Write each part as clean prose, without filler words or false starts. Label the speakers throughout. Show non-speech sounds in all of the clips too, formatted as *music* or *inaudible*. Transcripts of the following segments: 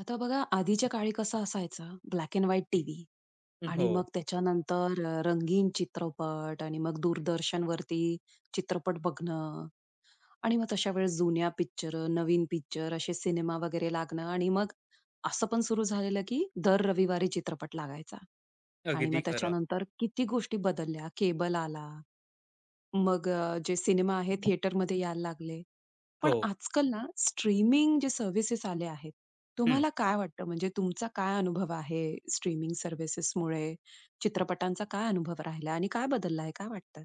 Speaker 1: आता बघा आधीच्या काळी कसं असायचं ब्लॅक अँड व्हाईट टीव्ही आणि
Speaker 2: हो,
Speaker 1: मग त्याच्यानंतर रंगीन चित्रपट आणि मग दूरदर्शनवरती चित्रपट बघणं आणि मग तशा वेळेस जुन्या पिक्चर, नवीन पिक्चर असे सिनेमा वगैरे लागणं आणि मग असं पण सुरू झालेलं की दर रविवारी चित्रपट लागायचा आणि
Speaker 2: अगदी
Speaker 1: मग
Speaker 2: खरं.
Speaker 1: त्याच्यानंतर किती गोष्टी बदलल्या. केबल आला. मग जे सिनेमा आहे थिएटरमध्ये यायला लागले. पण
Speaker 2: हो,
Speaker 1: आजकाल ना स्ट्रीमिंग जे सर्व्हिसेस आले आहेत,
Speaker 2: हं.
Speaker 1: तुम्हाला काय वाटतं म्हणजे तुमचा काय अनुभव आहे स्ट्रीमिंग सर्व्हिसेसमुळे? चित्रपटांचा काय अनुभव राहिला आणि काय बदलला आहे? काय वाटतं?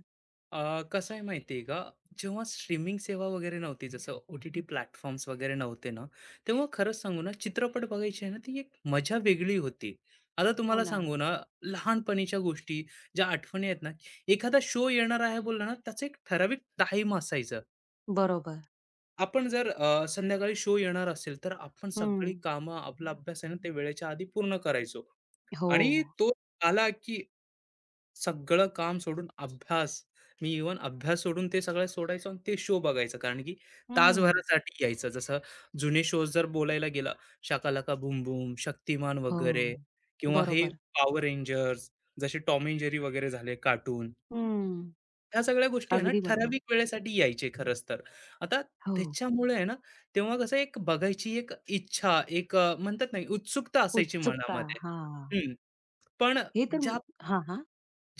Speaker 2: कसं आहे माहिती आहे का, जेव्हा स्ट्रीमिंग सेवा वगैरे नव्हती, जसं OTT प्लॅटफॉर्म्स वगैरे नव्हते ना, तेव्हा खरंच सांगू ना, चित्रपट बघायची आहे ना, ती एक मजा वेगळी होती. आता
Speaker 1: हो
Speaker 2: तुम्हाला
Speaker 1: ना.
Speaker 2: सांगू ना, लहानपणीच्या गोष्टी, ज्या आठवणी आहेत ना, एखादा शो येणार आहे बोलला ना, त्याचं एक ठराविक टाईम असायचं.
Speaker 1: बरोबर.
Speaker 2: आपण जर संध्याकाळी शो येणार असेल, तर आपण सगळी
Speaker 1: हं.
Speaker 2: कामं, आपला अभ्यास आहे ना, ते वेळेच्या आधी पूर्ण करायचो
Speaker 1: हो.
Speaker 2: आणि तो आला की सगळं काम सोडून अभ्यास. मी इव्हन अभ्यास सोडून ते सगळं सोडायचो आणि ते शो बघायचं. कारण की
Speaker 1: हं.
Speaker 2: तासभरासाठी यायचं. जसं जुने शोज जर बोलायला गेला, शाकालाका बूम बूम, शक्तिमान
Speaker 1: हो.
Speaker 2: वगैरे किंवा हे
Speaker 1: बरोबर.
Speaker 2: पॉवर रेंजर्स, जसे टॉम अँड जेरी वगैरे झाले कार्टून.
Speaker 1: हं.
Speaker 2: ह्या सगळ्या गोष्टी आहे ना,
Speaker 1: अगदी बरोबर.
Speaker 2: ठराविक वेळेसाठी यायचे खरंच तर. आता
Speaker 1: हो.
Speaker 2: त्याच्यामुळे आहे ना, तेव्हा कसं एक बघायची एक इच्छा, एक म्हणतात ना, उत्सुकता असायची
Speaker 1: उत्सुकता.
Speaker 2: मनामध्ये.
Speaker 1: हां.
Speaker 2: हं. पण
Speaker 1: हे तर
Speaker 2: ज्या
Speaker 1: हां, हां.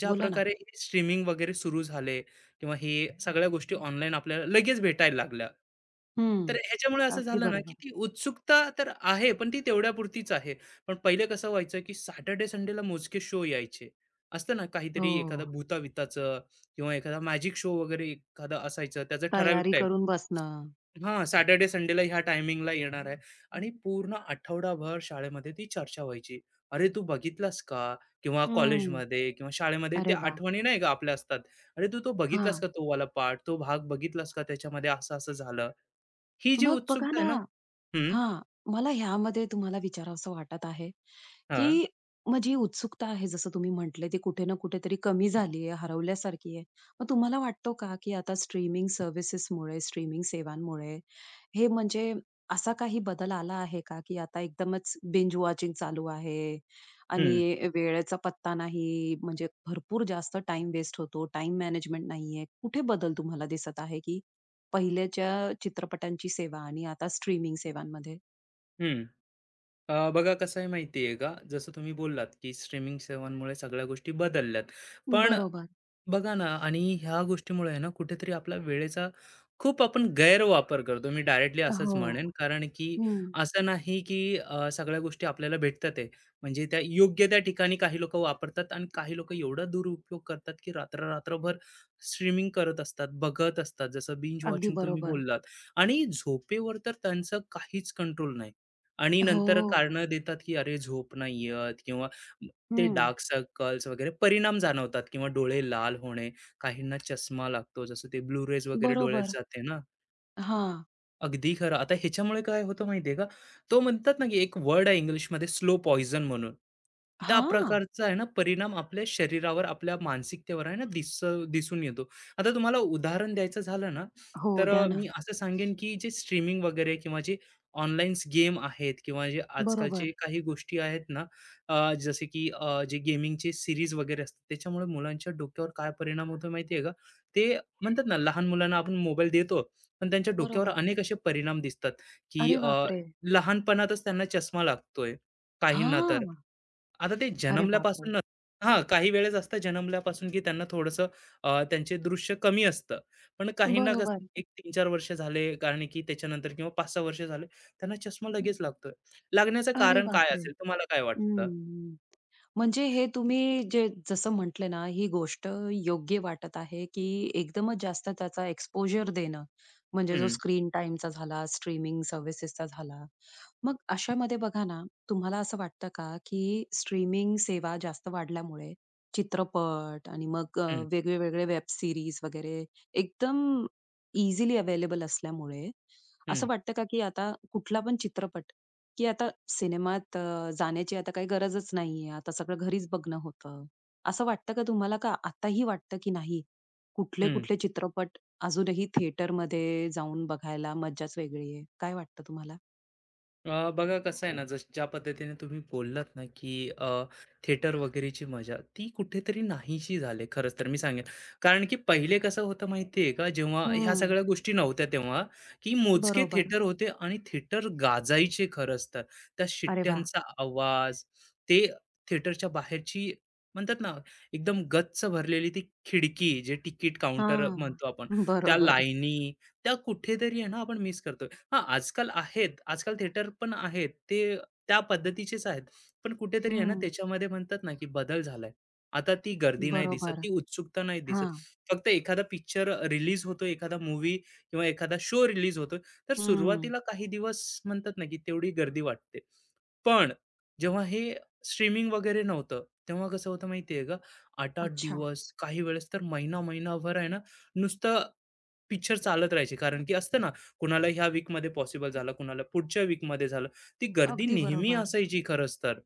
Speaker 2: ज्या
Speaker 1: बोला ना.
Speaker 2: प्रकारे स्ट्रीमिंग वगैरे सुरू झाले किंवा हे सगळ्या गोष्टी ऑनलाईन आपल्याला लगेच भेटायला लागल्या.
Speaker 1: हं.
Speaker 2: तर ह्याच्यामुळे असं
Speaker 1: अगदी
Speaker 2: झालं ना, की
Speaker 1: बरोबर.
Speaker 2: ती उत्सुकता तर आहे, पण ती तेवढ्यापुरतीच आहे. पण पहिले कसं व्हायचं, की सॅटर्डे संडेला मोजके शो यायचे. असतं ना काहीतरी एखादा
Speaker 1: हो.
Speaker 2: भूताविताचं किंवा एखादा मॅजिक शो वगैरे एखादा असायचं त्याचा ठराविक
Speaker 1: तयारी
Speaker 2: टाईम.
Speaker 1: करून बसणं.
Speaker 2: हां, सॅटर्डे संडेला ह्या टायमिंगला येणार आहे आणि पूर्ण आठवडाभर शाळेमध्ये ती चर्चा व्हायची. "अरे, तू बघितलास का?" किंवा
Speaker 1: हं.
Speaker 2: कॉलेजमध्ये किंवा शाळेमध्ये ते
Speaker 1: अरे वाह!
Speaker 2: आठवणी नाही का आपल्या असतात. "अरे, तू तो बघितलास
Speaker 1: हां.
Speaker 2: का तो वाला पार्ट? तो भाग बघितलास का? त्याच्यामध्ये असं-असं झालं." ही जी
Speaker 1: मग बघा
Speaker 2: उत्सुकता
Speaker 1: ना
Speaker 2: आहे ना हं,
Speaker 1: हां, मला ह्यामध्ये तुम्हाला विचारावसं वाटत आहे,
Speaker 2: हां,
Speaker 1: की माझी उत्सुकता आहे जसं तुम्ही म्हटले, ती कुठे ना कुठेतरी कमी झाली आहे, हरवल्यासारखी आहे. मग तुम्हाला वाटतो का, की आता स्ट्रीमिंग सर्व्हिसेसमुळे, स्ट्रीमिंग सेवांमुळे हे म्हणजे असा काही बदल आला आहे का, की आता एकदमच बिंज वॉचिंग चालू आहे आणि
Speaker 2: हं,
Speaker 1: वेळेचा पत्ता नाही, म्हणजे भरपूर जास्त टाईम वेस्ट होतो, टाईम मॅनेजमेंट नाहीये. कुठे बदल तुम्हाला दिसत आहे, की पहिल्याच्या चित्रपटांची सेवा आणि आता स्ट्रीमिंग सेवांमध्ये?
Speaker 2: हं. बघा कसं आहे माहिती आहे का, जसं तुम्ही बोललात, की स्ट्रीमिंग सेवांमुळे सगळ्या गोष्टी बदलल्यात. पण
Speaker 1: बरोबर.
Speaker 2: बघा ना आणि ह्या गोष्टीमुळे आहे ना कुठेतरी आपला वेळेचा खूप आपण गैरवापर करतो, मी डायरेक्टली असंच
Speaker 1: हो.
Speaker 2: म्हणेन.
Speaker 1: हो.
Speaker 2: कारण की
Speaker 1: हं.
Speaker 2: असं नाही की सगळ्या गोष्टी आपल्याला भेटतात आहे, म्हणजे त्या योग्य त्या ठिकाणी काही लोक वापरतात आणि काही लोक एवढा दुरुपयोग करतात की रात्र रात्रभर स्ट्रीमिंग करत असतात, बघत असतात, जसं बिंज
Speaker 1: अगदी
Speaker 2: वॉचिंग तुम्ही
Speaker 1: बरोबर.
Speaker 2: बोललात. आणि झोपेवर तर त्यांचं काहीच कंट्रोल नाही, आणि
Speaker 1: हो.
Speaker 2: नंतर
Speaker 1: हो.
Speaker 2: कारणं देतात की अरे झोप नाही येत किंवा ते
Speaker 1: हं.
Speaker 2: डार्क सर्कल्स वगैरे परिणाम जाणवतात किंवा डोळे लाल होणे, काहींना चष्मा लागतो, जसं ते ब्लू रेज वगैरे डोळ्यात
Speaker 1: बरोबर.
Speaker 2: जाते ना,
Speaker 1: हां.
Speaker 2: अगदी खरं. आता ह्याच्यामुळे काय होतं माहिती आहे का, तो म्हणतात ना, की एक वर्ड आहे इंग्लिशमध्ये स्लो पॉइझन म्हणून. त्या
Speaker 1: हां.
Speaker 2: प्रकारचा आहे ना परिणाम आपल्या शरीरावर, आपल्या मानसिकतेवर आहे ना दिसून येतो. आता तुम्हाला उदाहरण द्यायचं झालं ना,
Speaker 1: हो,
Speaker 2: तर
Speaker 1: द्या
Speaker 2: मी
Speaker 1: ना.
Speaker 2: असं सांगेन, की जे स्ट्रीमिंग वगैरे किंवा जे ऑनलाईन गेम आहेत किंवा जे आजकालचे
Speaker 1: बरोबर,
Speaker 2: काही गोष्टी आहेत ना, जसे की जे गेमिंगचे सीरीज वगैरे असतात, त्याच्यामुळे मुलांच्या डोक्यावर काय परिणाम होतो माहिती का? ते म्हणतात ना, लहान मुलांना आपण मोबाईल देतो पण त्यांच्या डोक्यावर
Speaker 1: बरोबर.
Speaker 2: अनेक असे परिणाम दिसतात, की
Speaker 1: अरे बापरे!
Speaker 2: लहानपणातच त्यांना चष्मा लागतोय, काहींना तर.
Speaker 1: हां.
Speaker 2: आता ते
Speaker 1: अरे बापरे!
Speaker 2: जन्मल्यापासून हां, काही वेळेस असतं जन्मल्यापासून, की त्यांना थोडंसं त्यांचे दृश्य कमी असतं. पण काहींना कसं
Speaker 1: बरोबर.
Speaker 2: एक 3-4 वर्ष झाले, कारण की त्याच्यानंतर किंवा 5-6 वर्ष झाले, त्यांना चष्मा लगेच लागतोय. लागण्याचं
Speaker 1: अरे
Speaker 2: कारण काय
Speaker 1: बापरे!
Speaker 2: असेल? तुम्हाला काय वाटतं?
Speaker 1: हं. म्हणजे हे तुम्ही जे जसं म्हटले ना, ही गोष्ट योग्य वाटत आहे, की एकदमच जास्त त्याचा एक्सपोजर देणं. म्हणजे जो
Speaker 2: हं,
Speaker 1: स्क्रीन टाईमचा झाला, स्ट्रीमिंग सर्व्हिसेसचा झाला. मग अशामध्ये बघा ना, तुम्हाला असं वाटतं का, की स्ट्रीमिंग सेवा जास्त वाढल्यामुळे चित्रपट आणि मग
Speaker 2: हं,
Speaker 1: वेगळे वेब सीरीज वगैरे एकदम इझिली अवेलेबल असल्यामुळे,
Speaker 2: हं,
Speaker 1: असं वाटतं का, की आता कुठला पण चित्रपट की आता सिनेमात जाण्याची आता काही गरजच नाहीये. आता सगळं घरीच बघणं होतं. असं वाटतं का तुम्हाला का आताही वाटतं की नाही,
Speaker 2: हं.
Speaker 1: कुठले-कुठले चित्रपट अजूनही थिएटरमध्ये जाऊन बघायला मज्जाच वेगळी आहे? काय वाटतं तुम्हाला?
Speaker 2: बघा कसं आहे ना, ज्या पद्धतीने तुम्ही बोललात ना, की थिएटर वगैरेची मजा ती कुठेतरी नाहीशी झाली, खरंच तर मी सांगेन. कारण की पहिले कसं होतं माहिती आहे का, जेव्हा ह्या
Speaker 1: हं.
Speaker 2: सगळ्या गोष्टी नव्हत्या तेव्हा, की मोजके
Speaker 1: बरोबर.
Speaker 2: थिएटर होते आणि थिएटर गाजायचे खरंच तर. त्या
Speaker 1: अरे वाह!
Speaker 2: शिट्ट्यांचा आवाज, ते थिएटरच्या बाहेरची म्हणतात ना एकदम गच्च भरलेली ती खिडकी जे तिकीट काउंटर
Speaker 1: हां.
Speaker 2: म्हणतो आपण, त्या
Speaker 1: बरोबर.
Speaker 2: लाईनी त्या कुठेतरी आहे ना आपण मिस करतो. हां, आजकाल आहेत. आजकाल थिएटर पण आहेत. ते त्या पद्धतीचेच आहेत. पण कुठेतरी आहे ना,
Speaker 1: हं.
Speaker 2: त्याच्यामध्ये म्हणतात ना, की बदल झालाय. आता ती गर्दी नाही दिसत,
Speaker 1: बरोबर.
Speaker 2: ती उत्सुकता नाही दिसत.
Speaker 1: हां.
Speaker 2: फक्त एखादा पिक्चर रिलीज होतो, एखादा मूवी किंवा एखादा शो रिलीज होतोय, तर
Speaker 1: हं.
Speaker 2: सुरुवातीला काही दिवस म्हणतात ना, की तेवढी गर्दी वाटते. पण जेव्हा हे स्ट्रीमिंग वगैरे नव्हतं, तेव्हा कसं होतं माहिती का? 8-8
Speaker 1: अच्छा.
Speaker 2: दिवस, काही वेळेस तर महिना-महिनाभर आहे ना, नुसतं पिक्चर चालत राहायचे. कारण की असतं ना, कुणाला ह्या वीकमध्ये पॉसिबल झालं, कुणाला पुढच्या वीकमध्ये झालं. ती गर्दी
Speaker 1: अगदी
Speaker 2: नेहमी
Speaker 1: बरोबर.
Speaker 2: असायची खरंच तर.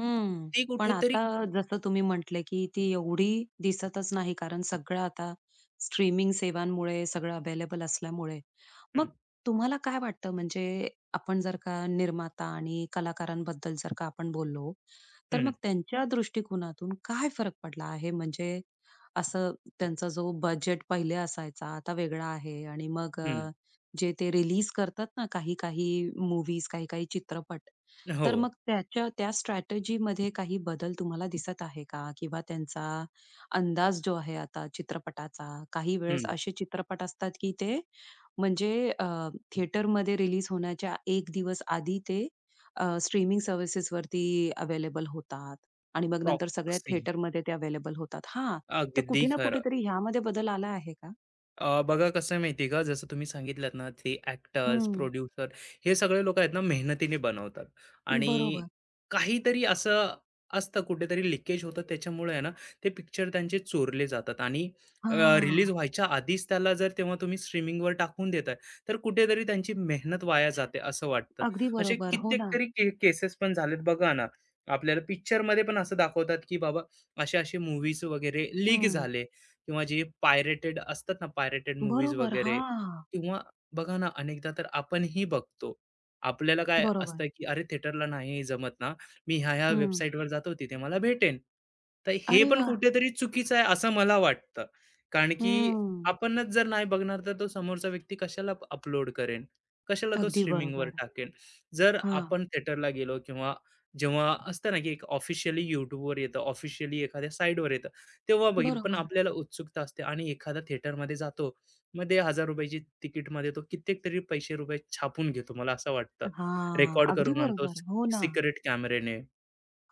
Speaker 1: हं.
Speaker 2: ती
Speaker 1: पण
Speaker 2: कुठेतरी
Speaker 1: आता जसं तुम्ही म्हटले, की ती एवढी दिसतच नाही कारण सगळं आता स्ट्रीमिंग सेवांमुळे सगळं अवेलेबल असल्यामुळे. मग
Speaker 2: हं,
Speaker 1: तुम्हाला काय वाटतं म्हणजे आपण जर का निर्माता आणि कलाकारांबद्दल जर का आपण बोललो, तर
Speaker 2: हं,
Speaker 1: मग त्यांच्या दृष्टिकोनातून काय फरक पडला आहे? म्हणजे असं त्यांचा जो बजेट पहिले असायचा आता वेगळा आहे आणि मग
Speaker 2: हं.
Speaker 1: जे ते रिलीज करतात ना काही-काही मूव्हीज, काही-काही चित्रपट,
Speaker 2: हो,
Speaker 1: तर मग त्याच्या त्या स्ट्रॅटेजीमध्ये काही बदल तुम्हाला दिसत आहे का? किंवा त्यांचा अंदाज जो आहे आता चित्रपटाचा, काही वेळेस
Speaker 2: हं.
Speaker 1: असे चित्रपट असतात, की ते म्हणजे थिएटरमध्ये रिलीज होण्याच्या एक दिवस आधी ते स्ट्रीमिंग सर्व्हिसेसवरती अवेलेबल होतात आणि मग नंतर सगळ्या
Speaker 2: प्रॉक्सी.
Speaker 1: थिएटरमध्ये ते अवेलेबल होतात. हां, तर
Speaker 2: अगदी
Speaker 1: कुठे ना
Speaker 2: खरं.
Speaker 1: कुठेतरी ह्यामध्ये बदल आला आहे का?
Speaker 2: बघा कसं आहे माहिती आहे का, जसं तुम्ही सांगितलंत ना, ते ॲक्टर्स,
Speaker 1: हं.
Speaker 2: प्रोड्युसर हे सगळे लोकं आहेत ना, मेहनतीने बनवतात आणि
Speaker 1: बरोबर.
Speaker 2: काहीतरी असं असतं, कुठेतरी लिकेज होतं. त्याच्यामुळे आहे ना, ते पिक्चर त्यांचे चोरले जातात आणि रिलीज
Speaker 1: हां.
Speaker 2: व्हायच्या आधीच त्याला जर तेव्हा तुम्ही स्ट्रीमिंगवर टाकून देताय, तर कुठेतरी त्यांची मेहनत वाया जाते, असं वाटतं.
Speaker 1: अगदी
Speaker 2: असे
Speaker 1: बरोबर. हो
Speaker 2: कित्येक
Speaker 1: ना.
Speaker 2: तरी केसेस पण झालेत बघा ना, आपल्याला पिक्चरमध्ये पण असं दाखवतात, की बाबा असे-असे मूव्हीज वगैरे लीक
Speaker 1: हं.
Speaker 2: झाले. किंवा जे पायरेटेड असतात ना, पायरेटेड मूव्हीज
Speaker 1: बरोबर.
Speaker 2: वगैरे,
Speaker 1: हां.
Speaker 2: किंवा बघा ना, अनेकदा तर आपणही बघतो. आपल्याला काय
Speaker 1: बरोबर.
Speaker 2: असतं, की "अरे, थिएटरला नाही जमत ना, मी ह्या-ह्या
Speaker 1: हं.
Speaker 2: वेबसाईटवर जातो, तिथे मला भेटेन." तर हे
Speaker 1: अरे
Speaker 2: पण
Speaker 1: वाह!
Speaker 2: कुठेतरी चुकीचं आहे, असं मला वाटतं. कारण की
Speaker 1: हं.
Speaker 2: आपणच जर नाही बघणार, तर तो समोरचा व्यक्ती कशाला अपलोड करेन? कशाला तो
Speaker 1: अगदी
Speaker 2: स्ट्रीमिंगवर
Speaker 1: बरोबर.
Speaker 2: टाकेन? जर
Speaker 1: हां.
Speaker 2: आपण थिएटरला गेलो, किंवा जेव्हा असतं ना, की एक ऑफिशियली YouTubeवर येतं, ऑफिशियली एखाद्या साईटवर येतं. तेव्हा बघील, पण
Speaker 1: बरोबर.
Speaker 2: आपल्याला उत्सुकता असते आणि एखादा थिएटरमध्ये जातो. मग ते ₹1000ची तिकीटमध्ये तो कित्येक तरी पैसे रुपये छापून घेतो, मला असं वाटतं.
Speaker 1: हां.
Speaker 2: रेकॉर्ड
Speaker 1: अगदी
Speaker 2: करून आणतो
Speaker 1: बरोबर. हो ना.
Speaker 2: सिक्रेट कॅमेऱ्याने.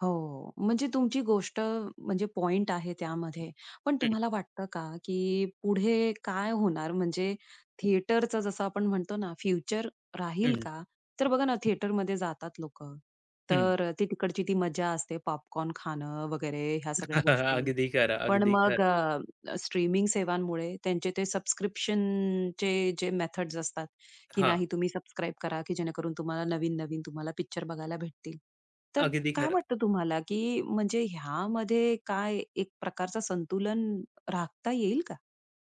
Speaker 1: हो. म्हणजे तुमची गोष्ट म्हणजे पॉइंट आहे त्यामध्ये. पण
Speaker 2: हं,
Speaker 1: तुम्हाला वाटतं का, की पुढे काय होणार? म्हणजे थिएटरचं जसं आपण म्हणतो ना, फ्युचर राहील
Speaker 2: हं,
Speaker 1: का? तर बघा ना, थिएटरमध्ये जातात लोकं.
Speaker 2: हं.
Speaker 1: तर ती तिकडची ती मजा असते, पॉपकॉर्न खाणं वगैरे ह्या सगळ्या
Speaker 2: *laughs*
Speaker 1: गोष्टी.
Speaker 2: अगदी खरं,
Speaker 1: पण
Speaker 2: अगदी
Speaker 1: मग
Speaker 2: खरं.
Speaker 1: स्ट्रीमिंग सेवांमुळे त्यांचे ते सबस्क्रिप्शनचे जे मेथड्स असतात, की
Speaker 2: हां,
Speaker 1: नाही तुम्ही सबस्क्राईब करा, की जेणेकरून तुम्हाला नवीन-नवीन तुम्हाला पिक्चर बघायला भेटतील. तर
Speaker 2: अगदी
Speaker 1: काय
Speaker 2: खरं.
Speaker 1: वाटतं तुम्हाला, की म्हणजे ह्यामध्ये काय एक प्रकारचं संतुलन राखता येईल का?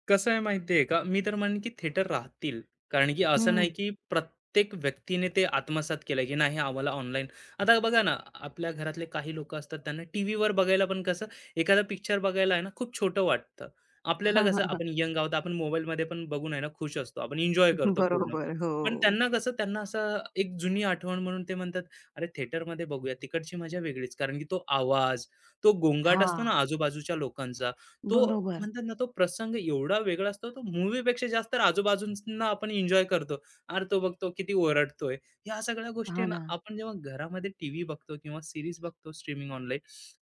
Speaker 2: कसं आहे माहितीये का? मी तर म्हणेन की थिएटर राहतील. कारण की असं नाही
Speaker 1: हं.
Speaker 2: की प्रत्येक व्यक्तीने ते आत्मसात केलं, की नाही आम्हाला ऑनलाईन. आता बघा ना, आपल्या घरातले काही लोकं असतात त्यांना टीव्हीवर बघायला पण कसं एखादा पिक्चर बघायला आहे ना खूप छोटं वाटतं. आपल्याला कसं आपण
Speaker 1: *laughs*
Speaker 2: यंग आहोत, आपण मोबाईलमध्ये पण बघून आहे ना खुश असतो. आपण एन्जॉय करतो पूर्ण.
Speaker 1: बरोबर, हो.
Speaker 2: पण त्यांना कसं, त्यांना असं एक जुनी आठवण म्हणून ते म्हणतात, "अरे, थिएटरमध्ये बघूया." तिकडची मजा वेगळीच. कारण की तो आवाज, तो गोंगाट असतो ना
Speaker 1: हां,
Speaker 2: आजूबाजूच्या लोकांचा, तो
Speaker 1: बरोबर.
Speaker 2: म्हणतात ना तो प्रसंग एवढा वेगळा असतो, तो मूवीपेक्षा जास्त आजूबाजूंना आपण एन्जॉय करतो. अरे, तो बघतो किती ओरडतोय. ह्या सगळ्या गोष्टी
Speaker 1: हां
Speaker 2: आहे ना,
Speaker 1: ना.
Speaker 2: आपण जेव्हा घरामध्ये टीव्ही बघतो किंवा सिरीज बघतो स्ट्रीमिंग ऑनलाईन,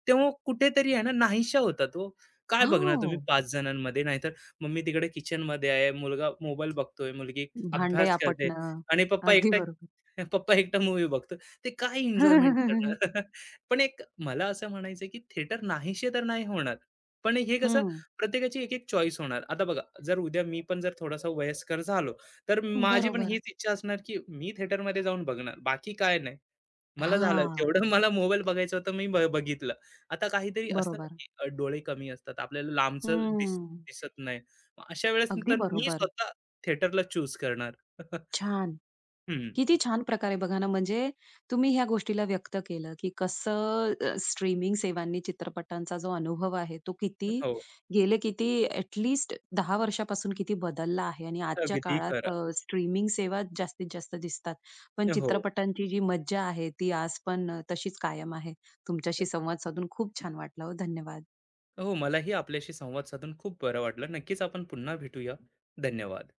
Speaker 2: तेव्हा कुठेतरी आहे ना नाहीशा होता तो. काय बघणार तुम्ही
Speaker 1: हो.
Speaker 2: पाच जणांमध्ये नाहीतर, मम्मी तिकडे किचन मध्ये आहे, मुलगा मोबाईल बघतोय, मुलगी
Speaker 1: भांडे
Speaker 2: अभ्यास करते,
Speaker 1: आपटणं.
Speaker 2: आणि पप्पा
Speaker 1: अगदी
Speaker 2: एकटा.
Speaker 1: बरोबर.
Speaker 2: *laughs* पप्पा एकटा मूवी बघतो, ते काय एन्जॉयमेंट
Speaker 1: *laughs*
Speaker 2: करणार. *laughs* पण एक मला असं म्हणायचं की थिएटर नाहीशे तर नाही होणार, पण हे कसं
Speaker 1: हं.
Speaker 2: प्रत्येकाची एक एक चॉईस होणार. आता बघा, जर उद्या मी पण जर थोडासा वयस्कर झालो, तर माझी पण
Speaker 1: बरोबर.
Speaker 2: हीच इच्छा असणार, की मी थिएटरमध्ये जाऊन बघणार. बाकी काय नाही. मला झालं,
Speaker 1: हां,
Speaker 2: जेवढं मला मोबाईल बघायचं होतं मी बघितलं. आता काहीतरी असतं ना,
Speaker 1: बरोबर.
Speaker 2: की डोळे कमी असतात. आपल्याला लांबचं
Speaker 1: हं.
Speaker 2: दिसत नाही. मग अशा वेळेस
Speaker 1: अगदी
Speaker 2: तर मी
Speaker 1: बरोबर.
Speaker 2: स्वतः थिएटरला चूज करणार. *laughs*
Speaker 1: छान.
Speaker 2: हं.
Speaker 1: किती छान प्रकारे बघा ना, म्हणजे तुम्ही ह्या गोष्टीला व्यक्त केलं, की कसं स्ट्रीमिंग सेवांनी चित्रपटांचा जो अनुभव आहे, तो किती
Speaker 2: हो.
Speaker 1: गेले किती दहा 10 वर्षापासून किती बदलला आहे आणि आजच्या
Speaker 2: अगदी
Speaker 1: काळात
Speaker 2: खरं.
Speaker 1: स्ट्रीमिंग सेवा जास्तीत जास्त दिसतात. पण
Speaker 2: हो.
Speaker 1: चित्रपटांची जी मज्जा आहे, ती आज पण तशीच कायम आहे. तुमच्याशी संवाद साधून खूप छान वाटलं हो. धन्यवाद.
Speaker 2: हो, मलाही आपल्याशी संवाद साधून खूप बरं वाटलं. नक्कीच आपण पुन्हा भेटूया. धन्यवाद.